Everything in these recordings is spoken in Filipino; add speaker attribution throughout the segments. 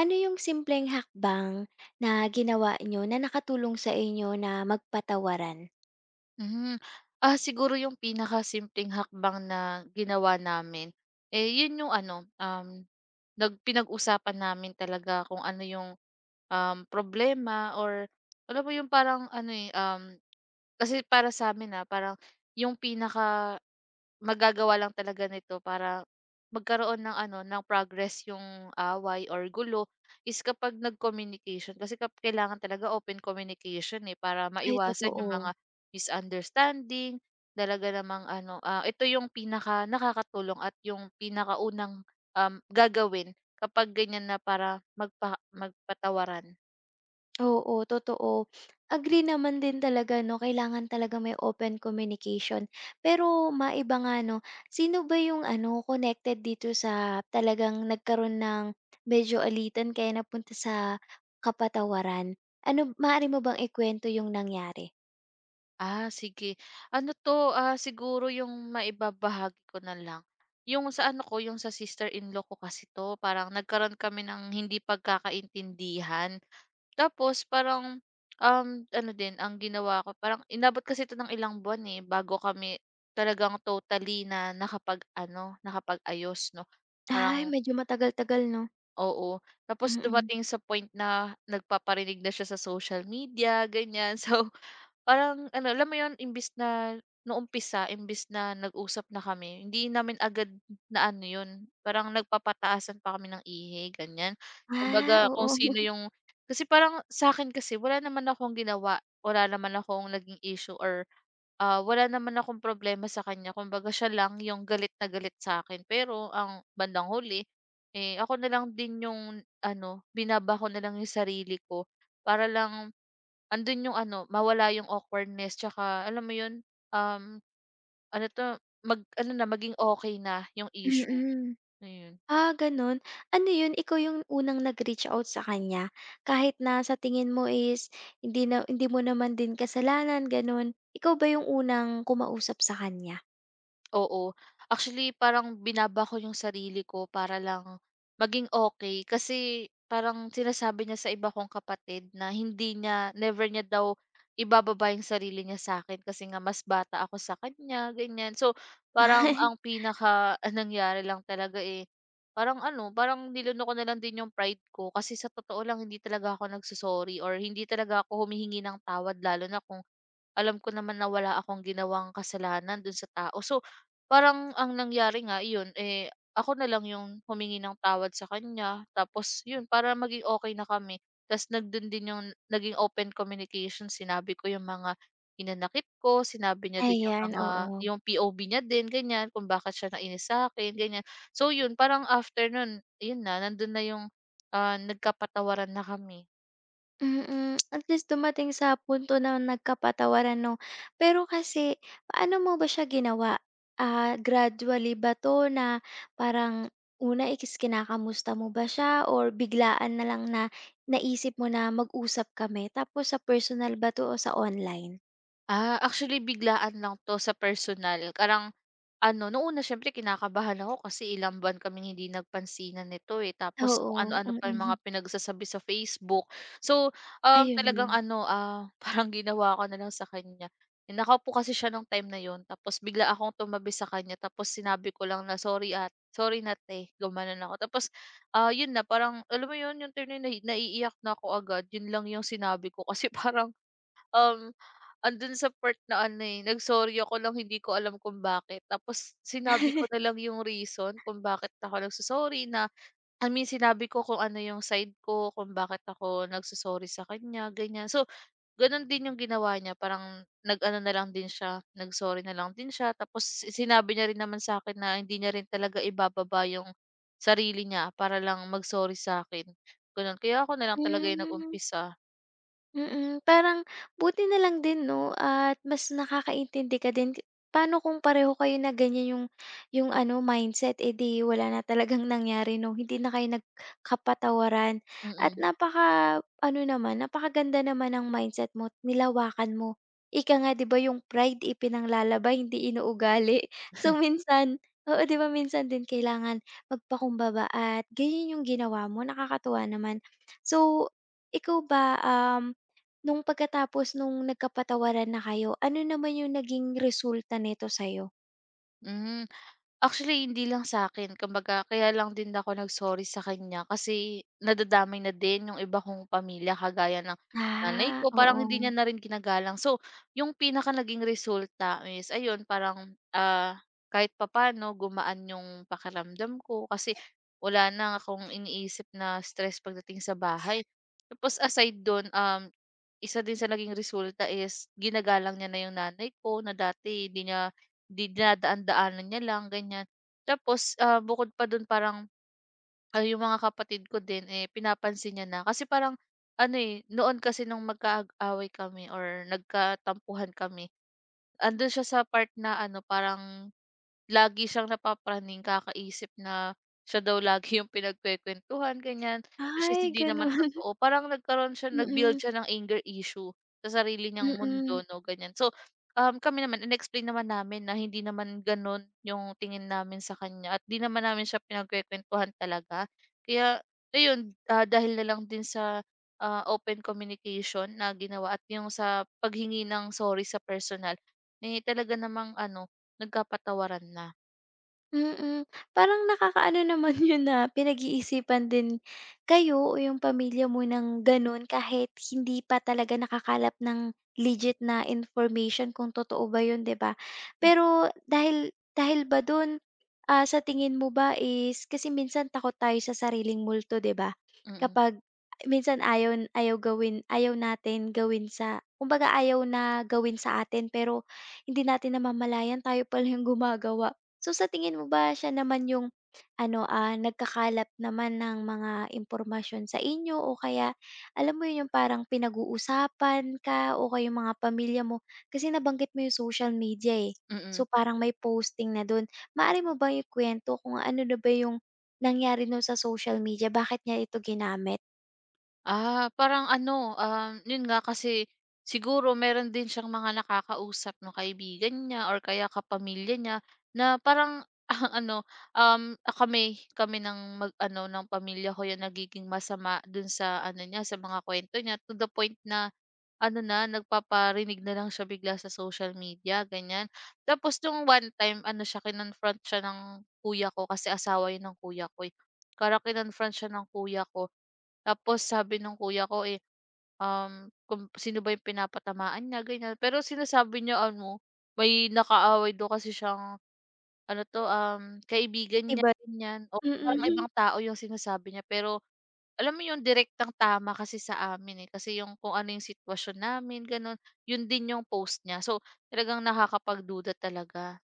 Speaker 1: Ano yung simpleng hakbang na ginawa niyo na nakatulong sa inyo na magpatawaran?
Speaker 2: Mhm. Siguro yung pinakasimpleng hakbang na ginawa namin, eh, yun yung pinag-usapan namin talaga kung ano yung problema or alam mo yung parang kasi para sa'min, parang yung pinaka magagawa lang talaga nito para magkaroon ng ano, ng progress yung away or gulo is kapag nag-communication. Kasi kailangan talaga open communication, eh, para
Speaker 1: Ay,
Speaker 2: maiwasan yung
Speaker 1: totoo.
Speaker 2: mga misunderstanding, talaga namang ito yung pinaka nakakatulong at yung pinakaunang, gagawin kapag ganyan na para magpatawaran.
Speaker 1: Oo, totoo. Agree naman din talaga 'no, kailangan talaga may open communication. Pero maiba nga 'no, sino ba yung connected dito sa talagang nagkaroon ng medyo alitan kaya napunta sa kapatawaran? Ano, maaari mo bang ikuwento yung nangyari?
Speaker 2: Sige. Siguro yung maibabahagi ko na lang, yung sa ano ko, yung sa sister-in-law ko kasi 'to, parang nagkaroon kami ng hindi pagkakaintindihan. Tapos um, ano din ang ginawa ko, parang inabot kasi ito ng ilang buwan, eh, bago kami talagang totally na nakapag-ano, nakapag-ayos 'no.
Speaker 1: Ay,
Speaker 2: Parang
Speaker 1: medyo matagal-tagal 'no?
Speaker 2: oo, tapos
Speaker 1: Mm.
Speaker 2: dumating sa point na nagpaparinig na siya sa social media, ganyan. So, parang ano, alam mo 'yun, imbes na nung umpisa, imbis na nag-usap na kami, hindi namin agad na ano 'yun, parang nagpapataasan pa kami ng ihe, ganyan.
Speaker 1: Ah,
Speaker 2: Kumbaga kung
Speaker 1: oo.
Speaker 2: sino yung kasi parang sa akin kasi wala naman akong ginawa, wala naman akong naging issue or wala naman akong problema sa kanya kumbaga siya lang yung galit na galit sa akin. Pero ang bandang huli, eh, ako na lang din yung ano, binaba ko na lang yung sarili ko para lang andun yung ano, mawala yung awkwardness tsaka alam mo yun, um, ano 'to, maging okay na yung issue,
Speaker 1: Mm.
Speaker 2: ayun.
Speaker 1: Ah, gano'n. Ano 'yun, ikaw yung unang nag-reach out sa kanya, kahit na sa tingin mo is hindi mo naman din kasalanan, gano'n, ikaw ba yung unang kumausap sa kanya?
Speaker 2: Oo. Actually, parang binaba ko yung sarili ko para lang maging okay. Kasi parang sinasabi niya sa iba kong kapatid na hindi niya never niya daw ibababa yung sarili niya sa akin kasi nga mas bata ako sa kanya, ganyan. So, parang ang pinaka ang nangyari lang talaga, eh, parang ano, parang niluno ko na lang din yung pride ko. Kasi sa totoo lang hindi talaga ako nagso-sorry or hindi talaga ako humihingi ng tawad lalo na kung alam ko naman na wala akong ginawang kasalanan dun sa tao. So, parang ang nangyari nga iyon, eh, ako na lang yung humingi ng tawad sa kanya tapos yun para maging okey na kami. Tas nandun din yung naging open communication, sinabi ko yung mga hinanakit ko, sinabi niya din
Speaker 1: Ayan, oo.
Speaker 2: yung POV niya din ganyan, kung bakit siya nainis sa'kin ganyan. So yun, parang after nun, yun na nandun na yung, nagkapatawaran na kami.
Speaker 1: Mm, at least dumating sa punto na nagkapatawaran 'no. Pero kasi, paano mo ba siya ginawa? Ah, gradually ba 'to na parang una is kinakamusta mo ba siya or biglaan na lang na naisip mo na mag-usap kami? Tapos sa personal ba 'to o sa online?
Speaker 2: Actually biglaan lang 'to sa personal. Ano, noong una siyempre kinakabahan ako kasi ilang buwan kaming hindi nagpansinan nito, eh. Tapos kung
Speaker 1: Oo,
Speaker 2: ano-ano pa yung mga
Speaker 1: mm.
Speaker 2: pinagsasabi sa Facebook. So,
Speaker 1: Ayun
Speaker 2: talagang
Speaker 1: lang.
Speaker 2: parang ginawa ko na lang sa kanya, eh, nakaupo kasi siya nung time na yon, tapos bigla akong tumabi sa kanya tapos sinabi ko lang na, "Sorry at sorry na 'te," gumanon ako. Tapos, yun na parang alam mo yun, yung time na yun naiiyak na ako agad. Yun lang yung sinabi ko kasi parang Um, andun sa part na ano, eh, nagsorry ako lang hindi ko alam kung bakit. Tapos sinabi ko na lang yung reason kung bakit ako nagsusorry na I mean sinabi ko kung ano yung side ko, kung bakit ako nagsusorry sa kanya, ganyan. So, ganun din yung ginawa niya parang nag-ano na lang din siya, nagsorry na lang din siya. Tapos sinabi niya rin naman sa akin na hindi niya rin talaga ibababa yung sarili niya para lang mag-sorry sa akin gano'n. Kaya ako na lang talaga yung
Speaker 1: Hmm.
Speaker 2: nag-umpisa.
Speaker 1: Mm, parang buti na lang din 'no at mas nakakaintindi ka din k, paano kung pareho kayo na ganyan yung yung mindset, eh, 'di wala na talagang nangyari 'no, hindi na kayo nagkapatawaran at
Speaker 2: Mm-mm. Mm.
Speaker 1: napaka-ano naman, napakaganda naman ng mindset mo, nilawakan mo. Ika nga 'di ba yung pride ipinanglalaba hindi inuugali. So minsan oo, 'di ba minsan din kailangan magpakumbaba at ganyan yung ginawa mo, nakakatuwa naman. So, ikaw ba, nung pagkatapos nung nagkapatawaran na kayo, ano naman yung naging resulta nito sa'yo?
Speaker 2: Hmm. Actually, hindi lang sa akin kumbaga kaya lang din ako nag-sorry sa kanya kasi nadadamay na din yung iba kong pamilya kagaya ng nanay
Speaker 1: Ah,
Speaker 2: ko, parang
Speaker 1: oo.
Speaker 2: hindi niya na rin ginagalang. So, yung pinaka naging resulta is ayun parang, kahit papaano gumaan yung pakiramdam ko kasi wala na akong iniisip na stress pagdating sa bahay. Tapos aside dun, isa din sa naging resulta is ginagalang niya na yung nanay ko na dati hindi niya dinadaan-daanan niya lang, ganyan. Tapos, bukod pa dun parang ay, yung mga kapatid ko din, eh, pinapansin niya na. Kasi parang ano, eh, noon kasi nung magkaaway kami or nagkatampuhan kami, andun siya sa part na ano, parang lagi siyang napapraning kakaisip na siya daw lagi yung pinagkukuwentuhan, ganyan. Which is
Speaker 1: Ay,
Speaker 2: hindi naman
Speaker 1: gano'n.
Speaker 2: totoo. Parang nagkaroon siya nag-build
Speaker 1: Mm,
Speaker 2: siya ng anger issue sa sarili niyang
Speaker 1: mm.
Speaker 2: mundo 'no, ganyan. So, kami naman in-explain naman namin na hindi naman gano'n yung tingin namin sa kanya at 'di naman namin siya pinagkukuwentuhan talaga. Kaya ayun, dahil na lang din sa, open communication na ginawa at yung sa paghingi ng sorry sa personal, eh, talaga namang ano, nagkapatawaran na.
Speaker 1: Mm. Parang nakakaano naman yun na pinag-iisipan din kayo o yung pamilya mo ng gano'n kahit hindi pa talaga nakakalap ng legit na information kung totoo ba yun, 'di ba?
Speaker 2: Mm,
Speaker 1: Pero dahil dahil ba dun, ah, sa tingin mo ba is kasi minsan takot tayo sa sariling multo, 'di ba?
Speaker 2: mm, mm.
Speaker 1: Kapag minsan ayaw ayaw gawin ayaw natin gawin sa kumbaga ayaw na gawin sa atin pero hindi natin namamalayan tayo pala yung gumagawa. So sa tingin mo ba siya naman yung ano, ah, nagkakalap naman ng mga impormasyon sa inyo o kaya alam mo yun yung parang pinag-uusapan ka o kayong mga pamilya mo? Kasi nabanggit mo yung social media, eh.
Speaker 2: Mm.
Speaker 1: So parang may posting na dun. Maari mo bang ikuwento kung ano na ba yung nangyari no sa social media? Bakit niya ito ginamit?
Speaker 2: Parang yun nga kasi siguro meron din siyang mga nakakausap na kaibigan niya or kaya kapamilya niya na parang ah ano, kami kami ng mag ano ng pamilya ko yung nagiging masama dun sa ano niya, sa mga kwento niya to the point na ano na, nagpaparinig na lang siya bigla sa social media, ganyan. Tapos nung one time, ano siya, kinonfront siya ng kuya ko kasi asawa yun ng kuya ko. Kinonfront siya ng kuya ko. Tapos sabi nung kuya ko, eh, kung sino ba yung pinapatamaan niya, ganyan. Pero sinasabi niya ano, may nakaaway daw kasi siyang
Speaker 1: 'Di
Speaker 2: kaibigan niya,
Speaker 1: ba?
Speaker 2: ganyan. O parang
Speaker 1: Mm.
Speaker 2: ibang tao yung sinasabi niya. Pero alam mo yung direktang tama kasi sa amin, eh. Kasi yung kung ano yung sitwasyon namin, gano'n. Yun din yung post niya. So, talagang nakakapagduda talaga.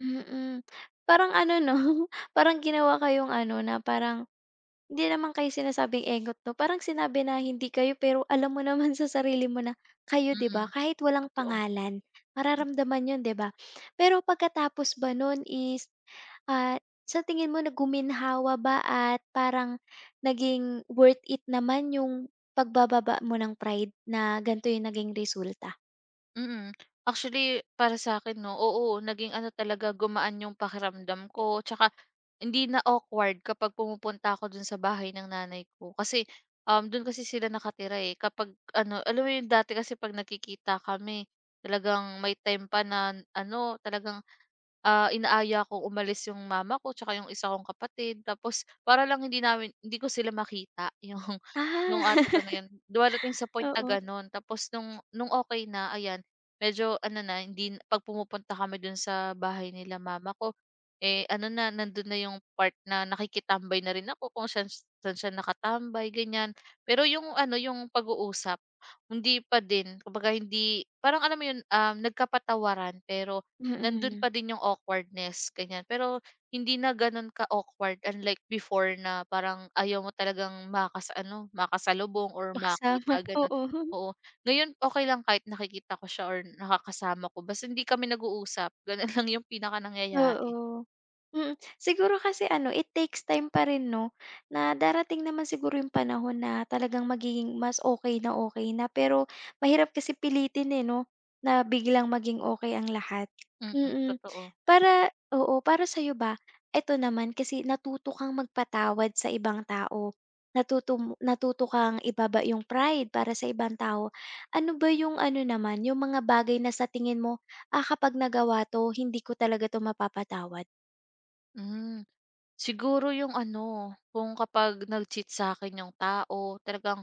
Speaker 1: Mm. Parang ano 'no, parang ginawa kayong ano na parang hindi naman kayo sinasabing engot 'no, parang sinabi na hindi kayo pero alam mo naman sa sarili mo na kayo 'di ba,
Speaker 2: Mm,
Speaker 1: kahit walang
Speaker 2: totoo.
Speaker 1: pangalan mararamdaman yon 'di ba? Pero pagkatapos ba noon is, ah, sa tingin mo na guminhawa ba at parang naging worth it naman yung pagbababa mo ng pride na ganito yung naging resulta?
Speaker 2: Mm. Actually, para sa akin 'no, oo, naging ano talaga, gumaan yung pakiramdam ko tsaka hindi na awkward kapag pumupunta ako dun sa bahay ng nanay ko. Kasi, dun kasi sila nakatira, eh. Kapag ano, alam mo yun dati kasi 'pag nakikita kami, talagang may time pa na ano, talagang, inaaya kong umalis yung mama ko tsaka yung isa kong kapatid. Tapos para lang hindi ko sila makita, yung yung
Speaker 1: Ah,
Speaker 2: ate ko na yun. Dumarating sa point na
Speaker 1: oo,
Speaker 2: gano'n tapos nung okay na, ayan. Medyo ano na hindi 'pag pumupunta kami dun sa bahay nila mama ko, eh, ano na nandun na yung part na nakikitambay na rin ako kung saan saan siya nakatambay ganyan. Pero yung ano, yung pag-uusap hindi pa din. Kumbaga hindi parang alam mo yun, nagkapatawaran pero nandun
Speaker 1: mm,
Speaker 2: pa din yung awkwardness ganyan. Pero hindi na ganun ka-awkward unlike before na parang ayaw mo talagang makasalubong or
Speaker 1: makasama,
Speaker 2: makita ganun.
Speaker 1: oo.
Speaker 2: Oo, ngayon okay lang kahit nakikita ko siya or nakakasama ko basta hindi kami nag-uusap, gano'n lang yung pinakanangyayari.
Speaker 1: Oo. Mm, siguro kasi ano, it takes time pa rin 'no, na darating naman siguro yung panahon na talagang magiging mas okey na okey na. Pero mahirap kasi pilitin, eh, 'no, na biglang maging okey ang lahat.
Speaker 2: Mm,
Speaker 1: Mm,
Speaker 2: totoo.
Speaker 1: para oo, para sa'yo ba, eto naman kasi natuto kang magpatawad sa ibang tao, natuto kang ibaba yung pride para sa ibang tao. Ano ba yung ano naman, yung mga bagay na sa tingin mo, ah, kapag nagawa 'to, hindi ko talaga 'to mapapatawad.
Speaker 2: Hmm, siguro yung ano, kapag nag-cheat sa akin yung tao talagang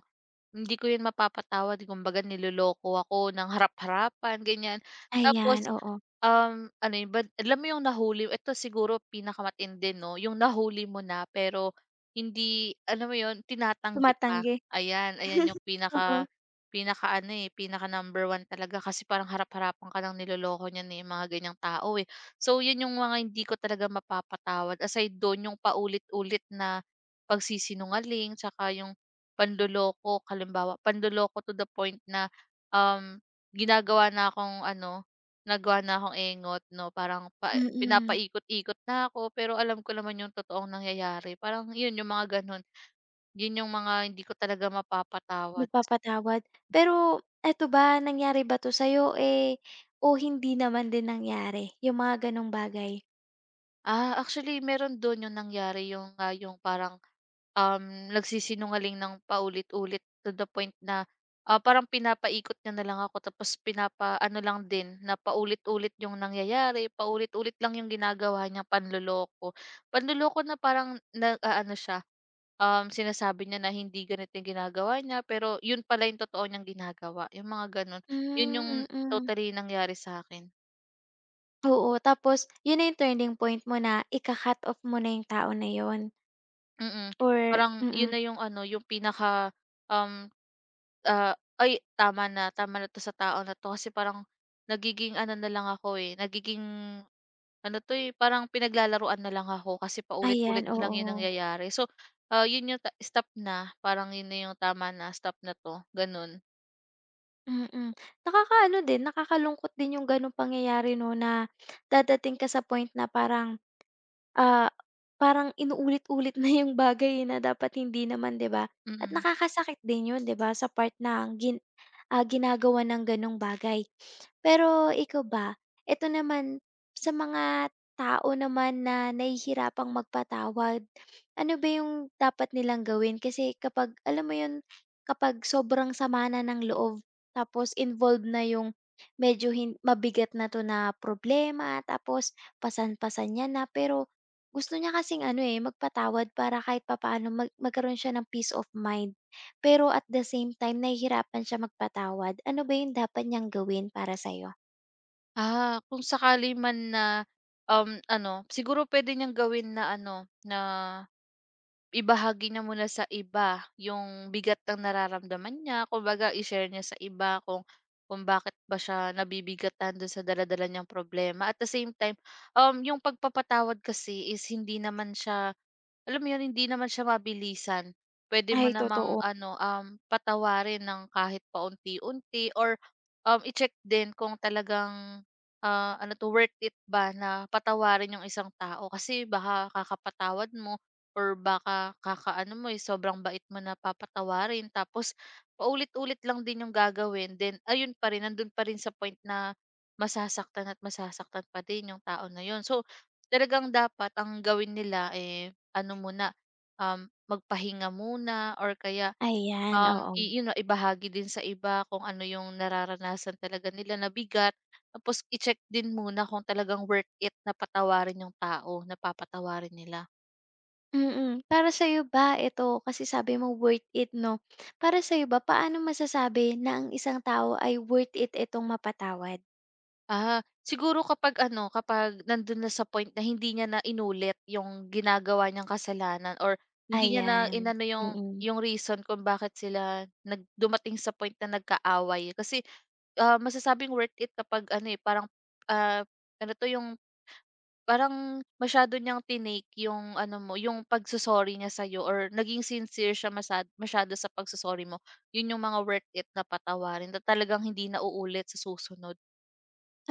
Speaker 2: hindi ko 'yun mapapatawad, eh, kumbaga niloloko ako ng harap-harapan, ganiyan.
Speaker 1: Ayan,
Speaker 2: Tapos,
Speaker 1: oo,
Speaker 2: ano 'yun ba alam mo 'yung nahuli ito siguro pinakamatindi 'no, 'yung nahuli mo na pero alam mo 'yun, tinatanggi pa.
Speaker 1: tumatanggi.
Speaker 2: Ayan, ayan 'yung
Speaker 1: Oo,
Speaker 2: pinakaano, eh, pinaka number one talaga kasi parang harap-harapan ka ng niloloko niyan, eh, mga ganiyang tao, eh. So 'yun 'yung mga hindi ko talaga mapapatawad aside dun 'yung paulit-ulit na pagsisinungaling, tsaka 'yung panloloko, halimbawa panloloko to the point na, um, ginagawa na akong ano, nagawa na akong engot 'no, parang pa
Speaker 1: mm,
Speaker 2: pinapaikot-ikot na ako, pero alam ko naman yung totoong nangyayari. Parang yun, yung mga gano'n. Yun yung mga hindi ko talaga mapapatawad.
Speaker 1: nagpapatawad. Pero eto ba, nangyari ba 'to sa'yo, eh, o hindi naman din nangyari, yung mga gano'ng bagay?
Speaker 2: Actually meron dun yung nangyari yung, yung parang, um, nagsisinungaling ng paulit-ulit to the point na, parang pinapaikot niya na lang ako tapos pinapa ano lang din na paulit-ulit yung nangyayari, paulit-ulit lang yung ginagawa niyang panloloko. Panloloko na parang nag-aano siya, sinasabi niya na hindi ganito yung ginagawa niya pero yun pala yung totoo niyang ginagawa, yung mga ganun. Yun yung
Speaker 1: Hmm, mm.
Speaker 2: totally nangyari sa akin.
Speaker 1: Oo, tapos yun na yung turning point mo na ika-cut off mo na yung tao na yun
Speaker 2: Mm,
Speaker 1: or
Speaker 2: parang yun
Speaker 1: mm,
Speaker 2: na yung ano, yung pinaka, um, "Ay tama na 'to sa tao na 'to." Kasi parang nagiging ano na lang ako, eh, nagiging parang pinaglalaruan na lang ako kasi
Speaker 1: ayan,
Speaker 2: paulit-ulit na lang yung
Speaker 1: oo.
Speaker 2: nangyayari. So, yun yung stop na, parang yun na yung tama na, stop na 'to, gano'n.
Speaker 1: Mm. Nakakaano din, nakakalungkot din yung gano'ng pangyayari 'no, na dadating ka sa point na parang, ah, parang inuulit-ulit na yung bagay eh, na dapat hindi naman, 'di ba? At
Speaker 2: Mm.
Speaker 1: nakakasakit din yun, 'di ba, sa part na gin, ah, ginagawa ng gano'ng bagay. Pero ikaw ba, eto naman sa mga tao naman na nahihirapang magpatawad, ano ba yung dapat nilang gawin? Kasi kapag alam mo yun, kapag sobrang sama na ng loob tapos involved na yung medyo hin mabigat na 'to na problema tapos pasan-pasan niya na pero gusto niya kasing ano, eh, magpatawad para kahit papaano magkaroon siya ng peace of mind. Pero at the same time nahihirapan siya magpatawad. Ano ba yung dapat niyang gawin para sa'yo?
Speaker 2: Kung sakali man na, siguro pwede niyang gawin na ano, na ibahagi na muna sa iba yung bigat ng nararamdaman niya, kumbaga i-share niya sa iba kung bakit ba siya nabibigatan do'n sa dala-dala niyang problema. At the same time, yung pagpapatawad kasi is hindi naman siya alam mo 'yun, hindi naman siya mabilisan. Pwede mo
Speaker 1: Ay,
Speaker 2: namang
Speaker 1: totoo.
Speaker 2: ano, patawarin ng kahit paunti-unti or, i-check din kung talagang, worth it ba na patawarin 'yung isang tao. Kasi baka kakapatawad mo or baka kakaano mo, eh, sobrang bait mo na papatawarin tapos paulit-ulit lang din 'yung gagawin, then ayun pa rin, nandun pa rin sa point na masasaktan at masasaktan pa din 'yung tao na 'yun. So, talagang dapat ang gawin nila, eh ano muna, magpahinga muna or kaya,
Speaker 1: Ayan,
Speaker 2: um,
Speaker 1: oo.
Speaker 2: yun nga, ibahagi din sa iba kung ano yung nararanasan talaga nila na bigat. Tapos i-check din muna kung talagang worth it na patawarin yung tao na papatawarin nila.
Speaker 1: Mm. Para sa sa'yo ba ito kasi sabi mo worth it 'no. Para sa sa'yo ba paano masasabi na ang isang tao ay worth it itong mapatawad?
Speaker 2: Siguro kapag ano, kapag nandun na sa point na hindi niya na inulit yung ginagawa niyang kasalanan or hindi niya na
Speaker 1: Ayan,
Speaker 2: inano yung
Speaker 1: mm.
Speaker 2: reason kung bakit sila nagdumating sa point na nagkaaway. Kasi masasabing worth it kapag ano, eh, parang, ah, yung parang masyado niyang tinake yung ano mo, yung pagso-sorry niya sa'yo or naging sincere siya masyado sa pagso mo. Yun yung mga worth it na patawarin na talagang hindi na uulit sa susunod.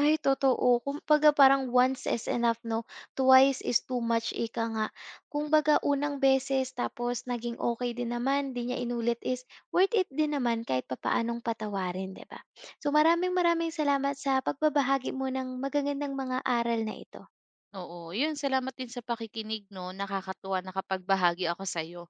Speaker 1: Ay, totoo. Kumbaga parang once is enough 'no, twice is too much ika nga. Kumbaga unang beses tapos naging okay din naman, 'di niya inulit is worth it din naman kahit papaanong patawarin, 'di ba? So, maraming maraming salamat sa pagbabahagi mo ng magagandang mga aral na ito.
Speaker 2: Oo, yun salamat din sa pakikinig 'no, nakakatuwa nakapagbahagi ako sa'yo.